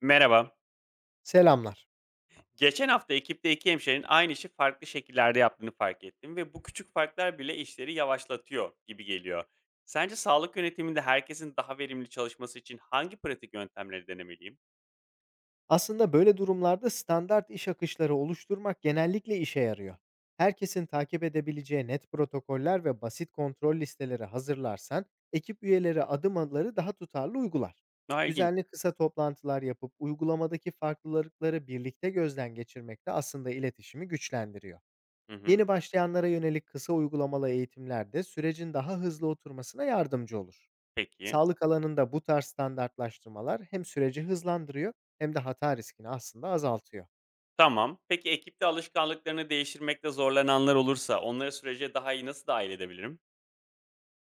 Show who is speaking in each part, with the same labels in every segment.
Speaker 1: Merhaba.
Speaker 2: Selamlar.
Speaker 1: Geçen hafta ekipte iki hemşerinin aynı işi farklı şekillerde yaptığını fark ettim ve bu küçük farklar bile işleri yavaşlatıyor gibi geliyor. Sence sağlık yönetiminde herkesin daha verimli çalışması için hangi pratik yöntemleri denemeliyim?
Speaker 2: Aslında böyle durumlarda standart iş akışları oluşturmak genellikle işe yarıyor. Herkesin takip edebileceği net protokoller ve basit kontrol listeleri hazırlarsan, ekip üyeleri adım adımları daha tutarlı uygular.
Speaker 1: Daha ilginç.
Speaker 2: Düzenli kısa toplantılar yapıp uygulamadaki farklılıkları birlikte gözden geçirmek de aslında iletişimi güçlendiriyor.
Speaker 1: Hı hı.
Speaker 2: Yeni başlayanlara yönelik kısa uygulamalı eğitimler de sürecin daha hızlı oturmasına yardımcı olur.
Speaker 1: Peki.
Speaker 2: Sağlık alanında bu tarz standartlaştırmalar hem süreci hızlandırıyor, hem de hata riskini aslında azaltıyor.
Speaker 1: Tamam. Peki ekipte alışkanlıklarını değiştirmekte zorlananlar olursa onları sürece daha iyi nasıl dahil edebilirim?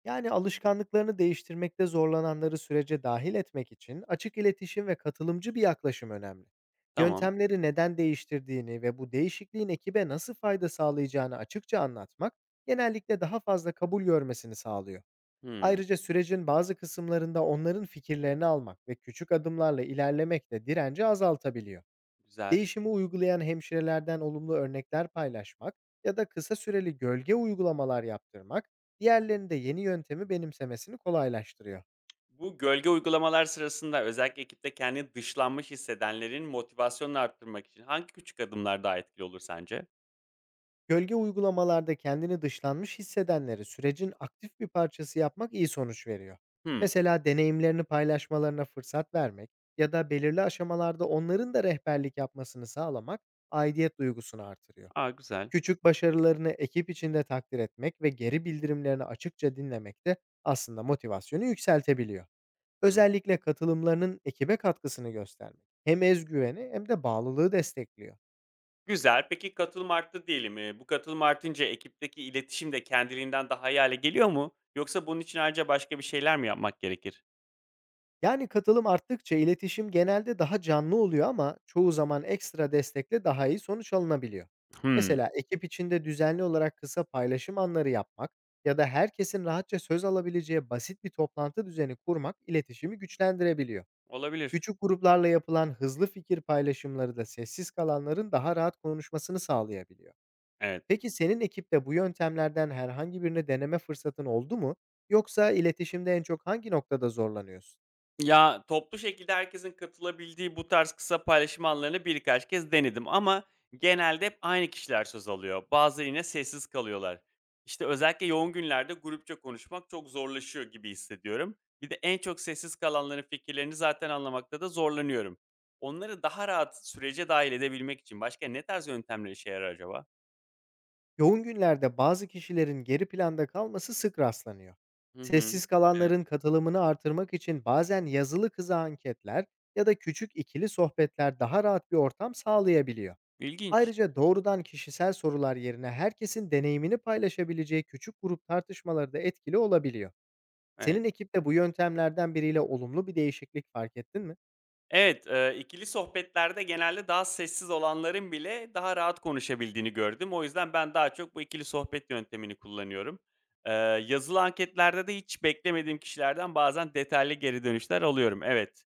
Speaker 2: Yani alışkanlıklarını değiştirmekte zorlananları sürece dahil etmek için açık iletişim ve katılımcı bir yaklaşım önemli.
Speaker 1: Tamam.
Speaker 2: Yöntemleri neden değiştirdiğini ve bu değişikliğin ekibe nasıl fayda sağlayacağını açıkça anlatmak genellikle daha fazla kabul görmesini sağlıyor.
Speaker 1: Hmm,
Speaker 2: Ayrıca sürecin bazı kısımlarında onların fikirlerini almak ve küçük adımlarla ilerlemek de direnci azaltabiliyor.
Speaker 1: güzel.
Speaker 2: Değişimi uygulayan hemşirelerden olumlu örnekler paylaşmak ya da kısa süreli gölge uygulamalar yaptırmak, diğerlerinin de yeni yöntemi benimsemesini kolaylaştırıyor.
Speaker 1: Bu gölge uygulamalar sırasında özellikle ekipte kendini dışlanmış hissedenlerin motivasyonunu arttırmak için hangi küçük adımlar daha etkili olur sence?
Speaker 2: Gölge uygulamalarda kendini dışlanmış hissedenleri sürecin aktif bir parçası yapmak iyi sonuç veriyor.
Speaker 1: Hımm.
Speaker 2: Mesela deneyimlerini paylaşmalarına fırsat vermek ya da belirli aşamalarda onların da rehberlik yapmasını sağlamak aidiyet duygusunu artırıyor.
Speaker 1: A, güzel.
Speaker 2: Küçük başarılarını ekip içinde takdir etmek ve geri bildirimlerini açıkça dinlemek de aslında motivasyonu yükseltebiliyor.
Speaker 1: Hı.
Speaker 2: Özellikle katılımlarının ekibe katkısını göstermek hem özgüveni hem de bağlılığı destekliyor.
Speaker 1: Güzel. Peki katılım arttı diyelim. Bu katılım artınca ekipteki iletişim de kendiliğinden daha iyi hâle geliyor mu? Yoksa bunun için ayrıca başka bir şeyler mi yapmak gerekir?
Speaker 2: Yani katılım arttıkça iletişim genelde daha canlı oluyor, ama çoğu zaman ekstra destekle daha iyi sonuç alınabiliyor.
Speaker 1: Hımm.
Speaker 2: Mesela ekip içinde düzenli olarak kısa paylaşım anları yapmak ya da herkesin rahatça söz alabileceği basit bir toplantı düzeni kurmak iletişimi güçlendirebiliyor.
Speaker 1: Olabilir.
Speaker 2: Küçük gruplarla yapılan hızlı fikir paylaşımları da sessiz kalanların daha rahat konuşmasını sağlayabiliyor.
Speaker 1: Evet.
Speaker 2: Peki, senin ekipte bu yöntemlerden herhangi birini deneme fırsatın oldu mu? Yoksa iletişimde en çok hangi noktada zorlanıyorsun?
Speaker 1: Ya, toplu şekilde herkesin katılabildiği bu tarz kısa paylaşım anlarını birkaç kez denedim ama genelde hep aynı kişiler söz alıyor. Bazıları yine sessiz kalıyorlar. İşte özellikle yoğun günlerde grupça konuşmak çok zorlaşıyor gibi hissediyorum. Bir de en çok sessiz kalanların fikirlerini zaten anlamakta da zorlanıyorum. Onları daha rahat sürece dahil edebilmek için başka ne tarz yöntemler işe yarar acaba?
Speaker 2: Yoğun günlerde bazı kişilerin geri planda kalması sık rastlanıyor.
Speaker 1: Hı hı.
Speaker 2: Sessiz
Speaker 1: Evet.
Speaker 2: kalanların katılımını artırmak için bazen yazılı kısa anketler ya da küçük ikili sohbetler daha rahat bir ortam sağlayabiliyor.
Speaker 1: İlginç.
Speaker 2: Ayrıca doğrudan kişisel sorular yerine herkesin deneyimini paylaşabileceği küçük grup tartışmaları da etkili olabiliyor.
Speaker 1: Evet.
Speaker 2: Senin ekipte bu yöntemlerden biriyle olumlu bir değişiklik fark ettin mi?
Speaker 1: Evet, ikili sohbetlerde genelde daha sessiz olanların bile daha rahat konuşabildiğini gördüm. O yüzden ben daha çok bu ikili sohbet yöntemini kullanıyorum. Eee, yazılı anketlerde de hiç beklemediğim kişilerden bazen detaylı geri dönüşler alıyorum. Evet.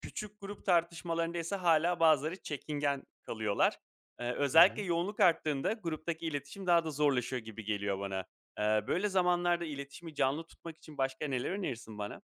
Speaker 1: Küçük grup tartışmalarında ise hala bazıları çekingen kalıyorlar. Eee,
Speaker 2: Hı
Speaker 1: özellikle
Speaker 2: hı.
Speaker 1: yoğunluk arttığında gruptaki iletişim daha da zorlaşıyor gibi geliyor bana. Böyle zamanlarda iletişimi canlı tutmak için başka neler önerirsin bana?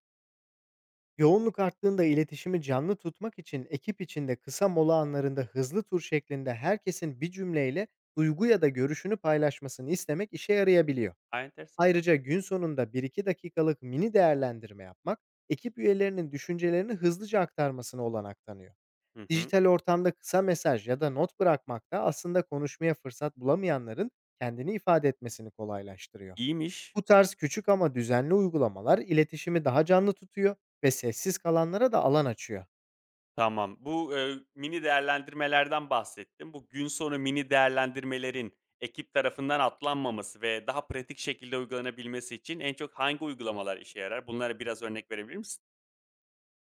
Speaker 2: Yoğunluk arttığında iletişimi canlı tutmak için ekip içinde kısa mola anlarında hızlı tur şeklinde herkesin bir cümleyle duygu ya da görüşünü paylaşmasını istemek işe yarayabiliyor.
Speaker 1: Ay enteresan.
Speaker 2: Ayrıca gün sonunda bir iki dakikalık mini değerlendirme yapmak, ekip üyelerinin düşüncelerini hızlıca aktarmasına olanak tanıyor.
Speaker 1: Hı hı.
Speaker 2: Dijital ortamda kısa mesaj ya da not bırakmak da aslında konuşmaya fırsat bulamayanların kendini ifade etmesini kolaylaştırıyor.
Speaker 1: İyiymiş.
Speaker 2: Bu tarz küçük ama düzenli uygulamalar iletişimi daha canlı tutuyor ve sessiz kalanlara da alan açıyor.
Speaker 1: Tamam. Bu, mini değerlendirmelerden bahsettim. Bu gün sonu mini değerlendirmelerin ekip tarafından atlanmaması ve daha pratik şekilde uygulanabilmesi için en çok hangi uygulamalar işe yarar? Bunlara biraz örnek verebilir misin?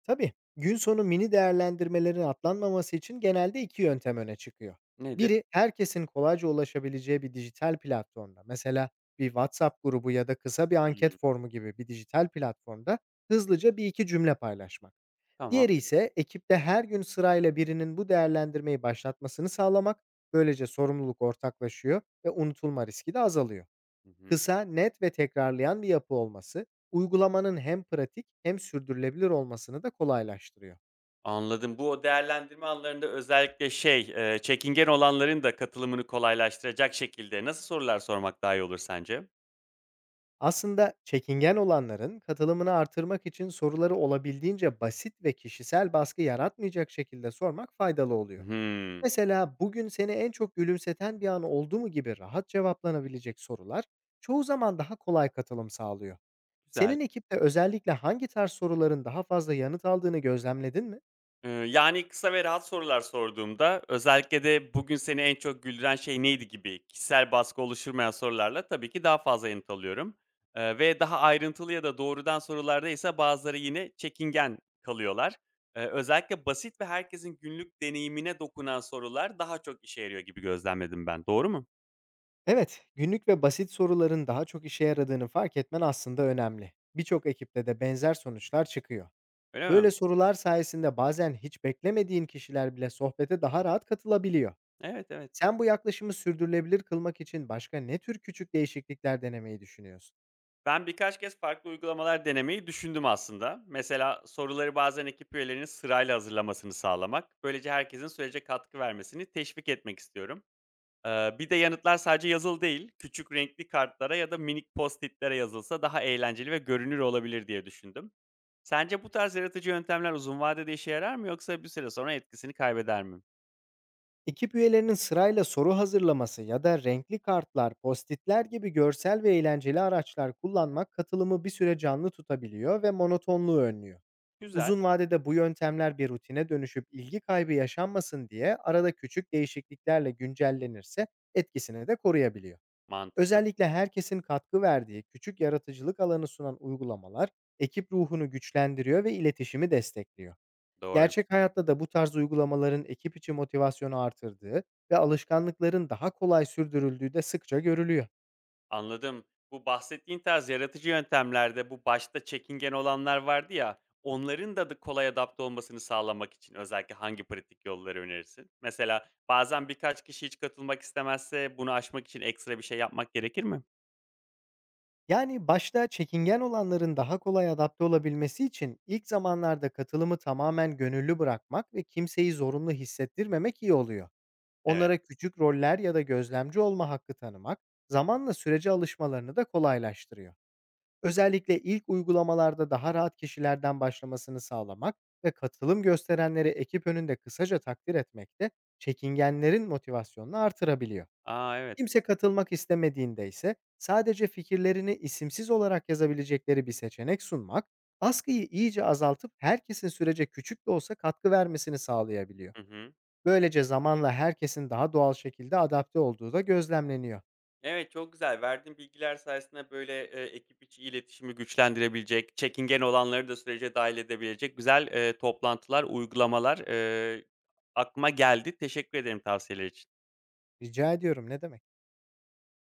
Speaker 2: Tabii. Gün sonu mini değerlendirmelerin atlanmaması için genelde iki yöntem öne çıkıyor.
Speaker 1: Nedir?
Speaker 2: Biri, herkesin kolayca ulaşabileceği bir dijital platformda, mesela bir WhatsApp grubu ya da kısa bir
Speaker 1: Hımm,
Speaker 2: anket formu gibi bir dijital platformda hızlıca bir iki cümle paylaşmak.
Speaker 1: tamam.
Speaker 2: Diğeri ise ekipte her gün sırayla birinin bu değerlendirmeyi başlatmasını sağlamak. Böylece sorumluluk ortaklaşıyor ve unutulma riski de azalıyor.
Speaker 1: Hı hı.
Speaker 2: Kısa, net ve tekrarlayan bir yapı olması, uygulamanın hem pratik hem sürdürülebilir olmasını da kolaylaştırıyor.
Speaker 1: Anladım. Bu o değerlendirme anlarında özellikle şey, çekingen olanların da katılımını kolaylaştıracak şekilde nasıl sorular sormak daha iyi olur sence?
Speaker 2: Aslında çekingen olanların katılımını artırmak için soruları olabildiğince basit ve kişisel baskı yaratmayacak şekilde sormak faydalı oluyor.
Speaker 1: Hımm,
Speaker 2: Mesela "bugün seni en çok gülümseten bir an oldu mu" gibi rahat cevaplanabilecek sorular çoğu zaman daha kolay katılım sağlıyor.
Speaker 1: güzel.
Speaker 2: Senin ekipte özellikle hangi tarz soruların daha fazla yanıt aldığını gözlemledin mi?
Speaker 1: Yani, kısa ve rahat sorular sorduğumda, özellikle de "Bugün seni en çok güldüren şey neydi?" gibi kişisel baskı oluşturmayan sorularla tabii ki daha fazla yanıt alıyorum, ve daha ayrıntılı ya da doğrudan sorularda ise bazıları yine çekingen kalıyorlar. Özellikle basit ve herkesin günlük deneyimine dokunan sorular daha çok işe yarıyor gibi gözlemledim ben. Doğru mu?
Speaker 2: Evet, günlük ve basit soruların daha çok işe yaradığını fark etmen aslında önemli. Birçok ekipte de benzer sonuçlar çıkıyor.
Speaker 1: Öyle
Speaker 2: Böyle
Speaker 1: mi?
Speaker 2: sorular sayesinde bazen hiç beklemediğin kişiler bile sohbete daha rahat katılabiliyor.
Speaker 1: Evet, evet.
Speaker 2: Sen bu yaklaşımı sürdürülebilir kılmak için başka ne tür küçük değişiklikler denemeyi düşünüyorsun?
Speaker 1: Ben birkaç kez farklı uygulamalar denemeyi düşündüm aslında. Mesela soruları bazen ekip üyelerinin sırayla hazırlamasını sağlamak. Böylece herkesin sürece katkı vermesini teşvik etmek istiyorum. Bir de yanıtlar sadece yazılı değil, küçük renkli kartlara ya da minik post-itlere yazılsa daha eğlenceli ve görünür olabilir diye düşündüm. Sence bu tarz yaratıcı yöntemler uzun vadede işe yarar mı yoksa bir süre sonra etkisini kaybeder mi?
Speaker 2: Ekip üyelerinin sırayla soru hazırlaması ya da renkli kartlar, postitler gibi görsel ve eğlenceli araçlar kullanmak katılımı bir süre canlı tutabiliyor ve monotonluğu önlüyor.
Speaker 1: Güzel,
Speaker 2: Uzun vadede bu yöntemler bir rutine dönüşüp ilgi kaybı yaşanmasın diye arada küçük değişikliklerle güncellenirse etkisini de koruyabiliyor.
Speaker 1: mantıklı,
Speaker 2: Özellikle herkesin katkı verdiği, küçük yaratıcılık alanı sunan uygulamalar ekip ruhunu güçlendiriyor ve iletişimi destekliyor.
Speaker 1: doğru.
Speaker 2: Gerçek hayatta da bu tarz uygulamaların ekip içi motivasyonu artırdığı ve alışkanlıkların daha kolay sürdürüldüğü de sıkça görülüyor.
Speaker 1: Anladım. Bu bahsettiğin tarz yaratıcı yöntemlerde bu başta çekingen olanlar vardı ya, onların da kolay adapte olmasını sağlamak için özellikle hangi pratik yolları önerirsin? Mesela bazen birkaç kişi hiç katılmak istemezse bunu aşmak için ekstra bir şey yapmak gerekir mi?
Speaker 2: Yani başta çekingen olanların daha kolay adapte olabilmesi için ilk zamanlarda katılımı tamamen gönüllü bırakmak ve kimseyi zorunlu hissettirmemek iyi oluyor.
Speaker 1: Evet.
Speaker 2: Onlara küçük roller ya da gözlemci olma hakkı tanımak zamanla sürece alışmalarını da kolaylaştırıyor. Özellikle ilk uygulamalarda daha rahat kişilerden başlamasını sağlamak ve katılım gösterenleri ekip önünde kısaca takdir etmek de çekingenlerin motivasyonunu artırabiliyor.
Speaker 1: A, evet.
Speaker 2: Kimse katılmak istemediğinde ise sadece fikirlerini isimsiz olarak yazabilecekleri bir seçenek sunmak, baskıyı iyice azaltıp herkesin sürece küçük de olsa katkı vermesini sağlayabiliyor.
Speaker 1: Hı hı.
Speaker 2: Böylece zamanla herkesin daha doğal şekilde adapte olduğu da gözlemleniyor.
Speaker 1: Evet, çok güzel. Verdiğin bilgiler sayesinde, böyle, ekip içi iletişimi güçlendirebilecek, çekingen olanları da sürece dahil edebilecek güzel, toplantılar, uygulamalar, aklıma geldi. Teşekkür ederim tavsiyeler için.
Speaker 2: Rica ediyorum, ne demek.